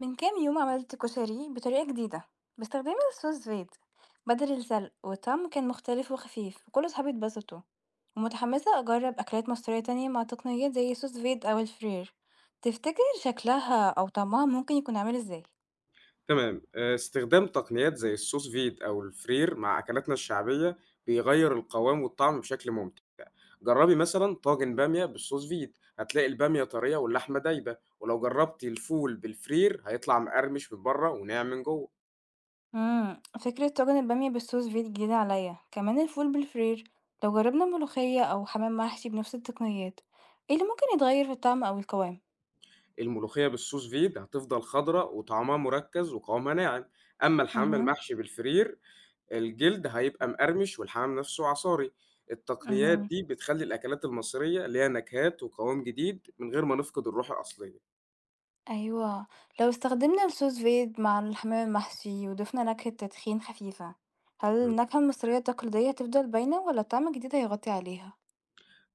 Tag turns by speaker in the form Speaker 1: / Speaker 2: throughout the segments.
Speaker 1: من كام يوم عملت كشري بطريقة جديدة باستخدام الصوص زبيب بدل السلق، والطعم كان مختلف وخفيف وكل صحابي اتبسطوا. ومتحمسة أجرب أكلات مصرية تانية مع تقنيات زي صوص زبيب أو الفرير. تفتكر شكلها أو طعمها ممكن يكون عامل ازاي؟
Speaker 2: تمام، استخدام تقنيات زي الsous vide أو الفرير مع أكلاتنا الشعبية بيغيّر القوام والطعم بشكل ممتع، جرّبي مثلًا طاجن بامية بالsous vide هتلاقي البامية طرية واللحمة دايبة، ولو جرّبتِ الفول بالفرير هيطلع مقرمش من برّه وناعم من جوّه،
Speaker 1: فكرة طاجن البامية بالصوص زبيب جديدة عليا، كمان الفول بالفرير. لو جربنا ملوخية أو حمام محشي بنفس التقنيات، ايه اللي ممكن يتغير في الطعم أو القوام؟
Speaker 2: الملوخية بالsous vide هتفضل خضرا وطعمها مركّز وقوامها ناعم، أمّا الحمام
Speaker 1: مهم.
Speaker 2: المحشي بالفرير الجلد هيبقى مقرمش والحمام نفسه عصاري. التقنيات
Speaker 1: مهم.
Speaker 2: دي بتخلّي الأكلات المصرية ليها نكهات وقوام جديد من غير ما نفقد الروح الأصلية.
Speaker 1: أيوه، لو استخدمنا الSous vide مع الحمام المحشي وضفنا نكهة تدخين خفيفة، هل
Speaker 2: تمام.
Speaker 1: النكهة المصرية التقليدية هتفضل باينة والّا طعم جديد هيغطي عليها؟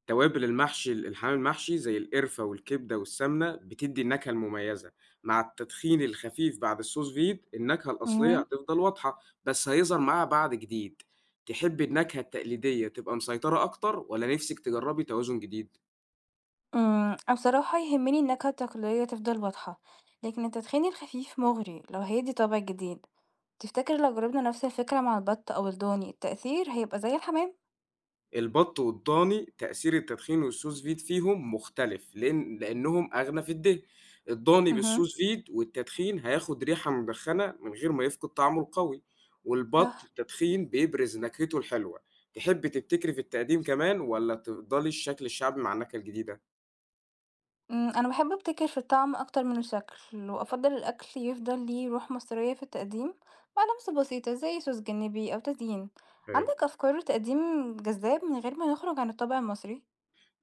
Speaker 2: توابل المحشي الحمام المحشي زي القرفة والكبدة والسمنة بتدّي النكهة المميزة. مع التدخين الخفيف بعد الsous vide النكهة الأصلية
Speaker 1: مهم.
Speaker 2: هتفضل واضحة، بس هيظهر معاها بعد جديد. تحبّي النكهة التقليدية تبقى مسيطرة أكتر والّا نِفْسِك تجرّبي توازن جديد؟
Speaker 1: أنا بصراحة يهمني النكهة التقليدية تفضل واضحة، لكن التدخين الخفيف مغري لو هيدي طابع جديد. تفتكر لو جربنا نفس الفكرة مع البط أو الضاني التأثير هيبقى زي الحمام؟
Speaker 2: البط والضاني تأثير التدخين والsous vide فيهم مختلف، لإنهم أغنى في الدهن، الضاني
Speaker 1: مهم.
Speaker 2: بالsous vide والتدخين هياخد ريحة مدخنة من غير ما يفقد طعمه القوي، والبط
Speaker 1: صح.
Speaker 2: التدخين بيبرز نكهته الحلوة، تحبي تبتكري في التقديم كمان والّا تفضلي الشكل الشعبي مع النكهة الجديدة؟
Speaker 1: أنا باحب أبتكر في الطعم أكتر من الشكل، وأفضّل الأكل يفضل ليه روح مصرية في التقديم مع لمسة بسيطة زي صوص جانبي أو تزيين. عندك أفكار لتقديم جذاب من غير ما نخرج عن الطابع المصري؟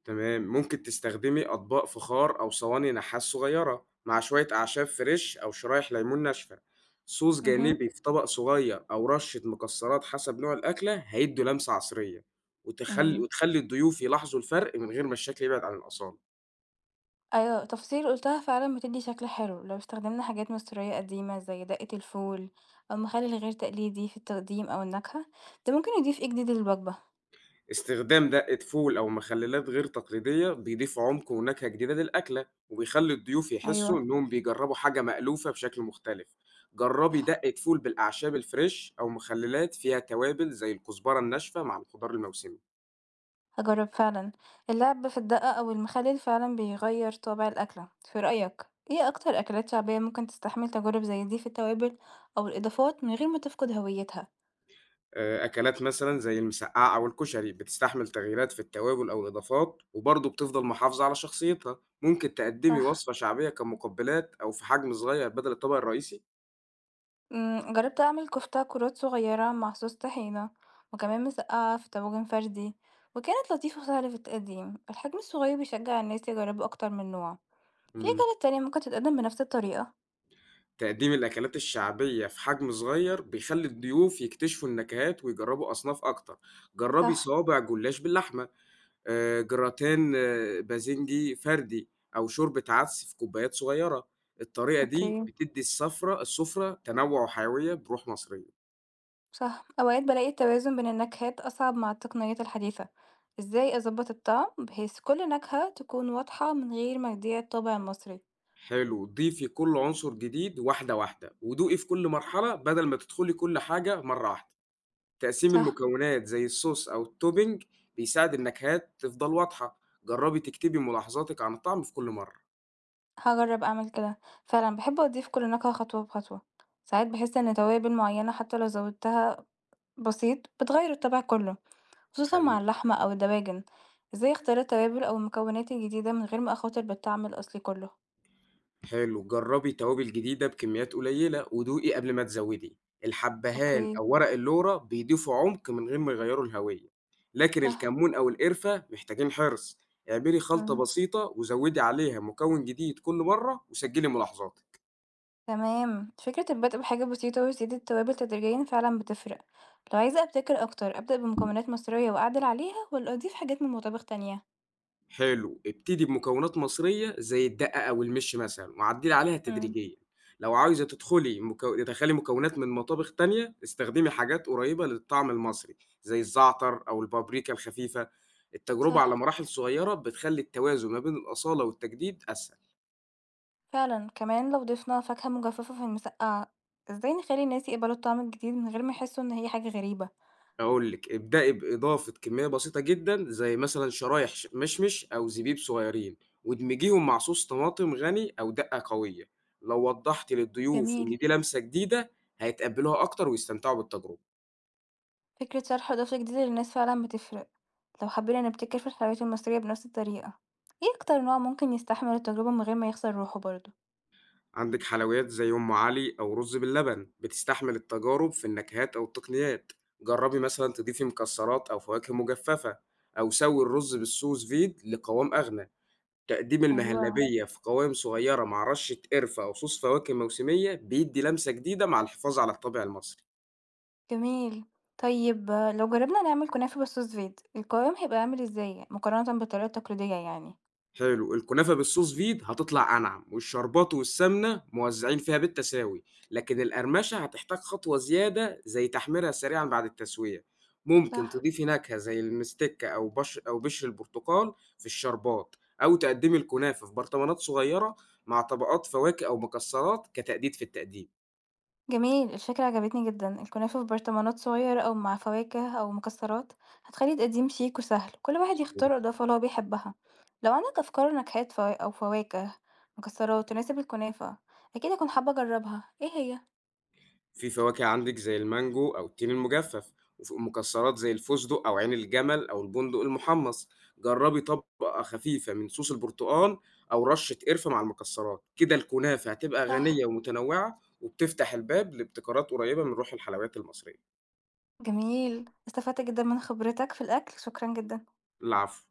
Speaker 2: تمام، ممكن تستخدمي أطباق فخار أو صواني نحاس صغيرة مع شوية أعشاب فريش أو شرايح ليمون ناشفة، صوص
Speaker 1: اهم.
Speaker 2: جانبي في طبق صغير أو رشة مكسرات حسب نوع الأكلة هيدوا لمسة عصرية، وتخلي
Speaker 1: إمم،
Speaker 2: وتخلي الضيوف يلاحظوا الفرق من غير ما الشكل يبعد عن الأصالة.
Speaker 1: أيوه، تفاصيل قُلتها فعلًا بتدّي شكل حلو، لو استخدمنا حاجات مصرية قديمة زي دقة الفول أو مخلل غير تقليدي في التقديم أو النكهة. ده ممكن يضيف إيه جديد للوجبة.
Speaker 2: استخدام دقة فول أو مخلّلات غير تقليدية بيضيف عمق ونكهة جديدة للأكلة، وبيخلّي الضيوف يحسّوا
Speaker 1: أيوه.
Speaker 2: إنّهم بيجرّبوا حاجة مألوفة بشكل مختلف. جرّبي دقة فول بالأعشاب الفريش أو مخلّلات فيها توابل زي الكزبرة الناشفة مع الخضار الموسمي.
Speaker 1: هاجرب فعلا. اللعب في الدقة أو المخلل فعلا بيغير طابع الأكلة في رأيك. ايه أكتر أكلات شعبية ممكن تستحمل تجارب زي دي في التوابل أو الإضافات من غير ما تفقد هويتها؟
Speaker 2: أكلات مثلًا زي المسقعة أو الكشري بتستحمل تغييرات في التوابل أو الإضافات وبرضه بتفضل محافظة على شخصيتها. ممكن تقدّمي
Speaker 1: صح.
Speaker 2: وصفة شعبية كمقبّلات أو في حجم صغير بدل الطبق الرئيسي.
Speaker 1: جربت أعمل كفتة كرات صغيرة مع صوص طحينة، وكمان مسقعة في طاجن فردي، وكانت لطيفة وسهلة في التقديم. الحجم الصغير بيشجع الناس يجربوا أكتر من نوع. في
Speaker 2: إمم.
Speaker 1: أكلات تانية ممكن تتقدم بنفس الطريقة؟
Speaker 2: تقديم الأكلات الشعبية في حجم صغير بيخلي الضيوف يكتشفوا النكهات ويجربوا أصناف أكتر جربي
Speaker 1: صح.
Speaker 2: صوابع جلاش باللحمة آه، جراتان آه، بازنجي فردي أو شوربة عدس في كوبايات صغيرة الطريقة دي
Speaker 1: اوكي.
Speaker 2: بتدي السفرة تنوع وحيوية بروح مصرية
Speaker 1: صح، أوقات بلاقي التوازن بين النكهات أصعب مع التقنيات الحديثة. إزاي أظبط الطعم بحيث كل نكهة تكون واضحة من غير ما تضيع الطابع المصري؟
Speaker 2: حلو ضيفي كل عنصر جديد واحدة واحدة ودوقي في كل مرحلة بدل ما تدخلي كل حاجة مرة واحدة تقسيم
Speaker 1: صح.
Speaker 2: المكونات زي الصوص أو الtopping بيساعد النكهات تفضل واضحة، جرّبي تكتبي ملاحظاتِك عن الطعم في كل مرة.
Speaker 1: هجرب أعمل كده. فعلا بحب أضيف كل نكهة خطوة بخطوة. ساعات بحس إن توابل معينة حتى لو زودتها بسيط بتغير الطبع كله، خصوصا مع
Speaker 2: حقيقي.
Speaker 1: اللحمة أو الدواجن. إزاي أختار التوابل أو المكونات الجديدة من غير ما أخاطر بالطعم الأصلي كله؟
Speaker 2: حلو، جرّبي توابل جديدة بكميات قليلة ودوقي قبل ما تزوّدي. الحبّهان
Speaker 1: أوكي.
Speaker 2: أو ورق اللورة بيضيفوا عمق من غير ما يغيّروا الهوية، لكن
Speaker 1: صح.
Speaker 2: الكمون أو القرفة محتاجين حرص. اعملي خلطة بسيطة وزوّدي عليها مكون جديد كل مرة وسجّلي ملاحظاتِك.
Speaker 1: تمام، فكرة البدء بحاجة بسيطة وزيادة التوابل تدريجيا فعلا بتفرق. لو عايزة أبتكر أكتر أبدأ بمكونات مصرية وأعدل عليها ولا أضيف حاجات من مطابخ تانية؟
Speaker 2: حلو، ابتدي بمكونات مصرية زي الدقة أو المِش مثلًا وعدّلي عليها
Speaker 1: امم
Speaker 2: تدريجيًا، لو عاوزة تدخلي مكو تدخّلي مكونات من مطابخ تانية، استخدمي حاجات قريبة للطعم المصري زي الزعتر أو البابريكا الخفيفة، التجربة على
Speaker 1: صح.
Speaker 2: مراحل صغيرة بتخلّي التوازن ما بين الأصالة والتجديد أسهل.
Speaker 1: فعلا كمان لو ضفنا فاكهة مجففة في المسقعة، ازاي نخلي الناس يقبلوا الطعم الجديد من غير ما يحسوا إن هي حاجة غريبة؟
Speaker 2: هاقول لِك، ابدئي بإضافة كمية بسيطة جدًا زي مثلًا شرايح مشمش أو زبيب صغيرين، وادمجيهم مع صوص طماطم غني أو دقة قوية، لو وضحتِ للضيوف
Speaker 1: جميل.
Speaker 2: إن دي لمسة جديدة هيتقبلوها أكتر ويستمتعوا بالتجربة.
Speaker 1: فكرة شرح إضافة جديدة للناس فعلا بتفرق. لو حبينا نبتكر في الحلويات المصرية بنفس الطريقة ايه أكتر نوع ممكن يستحمل التجربة من غير ما يخسر روحه برضه؟
Speaker 2: عندِك حلويات زي أم علي أو رز باللبن بتستحمل التجارب في النكهات أو التقنيات، جربي مثلًا تضيفي مكسرات أو فواكه مجففة، أو سوي الرز بالسوس فيد لقوام أغنى. تقديم
Speaker 1: أيوة.
Speaker 2: المهلبية في قوائم صغيرة مع رشة قرفة أو صوص فواكه موسمية بيدي لمسة جديدة مع الحفاظ على الطابع المصري.
Speaker 1: جميل. طيب، لو جرّبنا نعمل كنافة بالSous vide القوام هيبقى عامل إزاي مقارنةً بالطريقة التقليدية يعني؟
Speaker 2: حلو، الكنافة بالصوص فيد هتطلع أنعم والشربات والسمنة موزعين فيها بالتساوي، لكن القرمشة هتحتاج خطوة زيادة زي تحميرها سريعا بعد التسوية. ممكن
Speaker 1: صح.
Speaker 2: تضيفي نكهة زي المستكة أو بشر أو بشر البرتقال في الشربات، أو تقدمي الكنافة في برطمانات صغيرة مع طبقات فواكه أو مكسرات كتجديد في التقديم.
Speaker 1: جميل، الفكرة عجبتني جدًا، الكنافة في برطمانات صغيرة أو مع فواكه أو مكسرات هتخلي التقديم شيك وسهل، كل واحد يختار الإضافة اللي هو بيحبها. لو عندك أفكار نكهات فواكه مكسرات تناسب الكنافة أكيد هاكون حابة أجربها، إيه هي؟
Speaker 2: في فواكه عندِك زي المانجو أو التين المجفف، وف مكسرات زي الفستق أو عين الجمل أو البندق المحمص، جرّبي طبقة خفيفة من صوص البرتقال أو رشة قرفة مع المكسرات، كده الكنافة هتبقى
Speaker 1: صح.
Speaker 2: غنية ومتنوعة، وبتفتح الباب لابتكارات قريبة من روح الحلويات المصرية.
Speaker 1: جميل، استفدت جدًا من خبرتك في الأكل، شكرًا جدًا.
Speaker 2: العفو.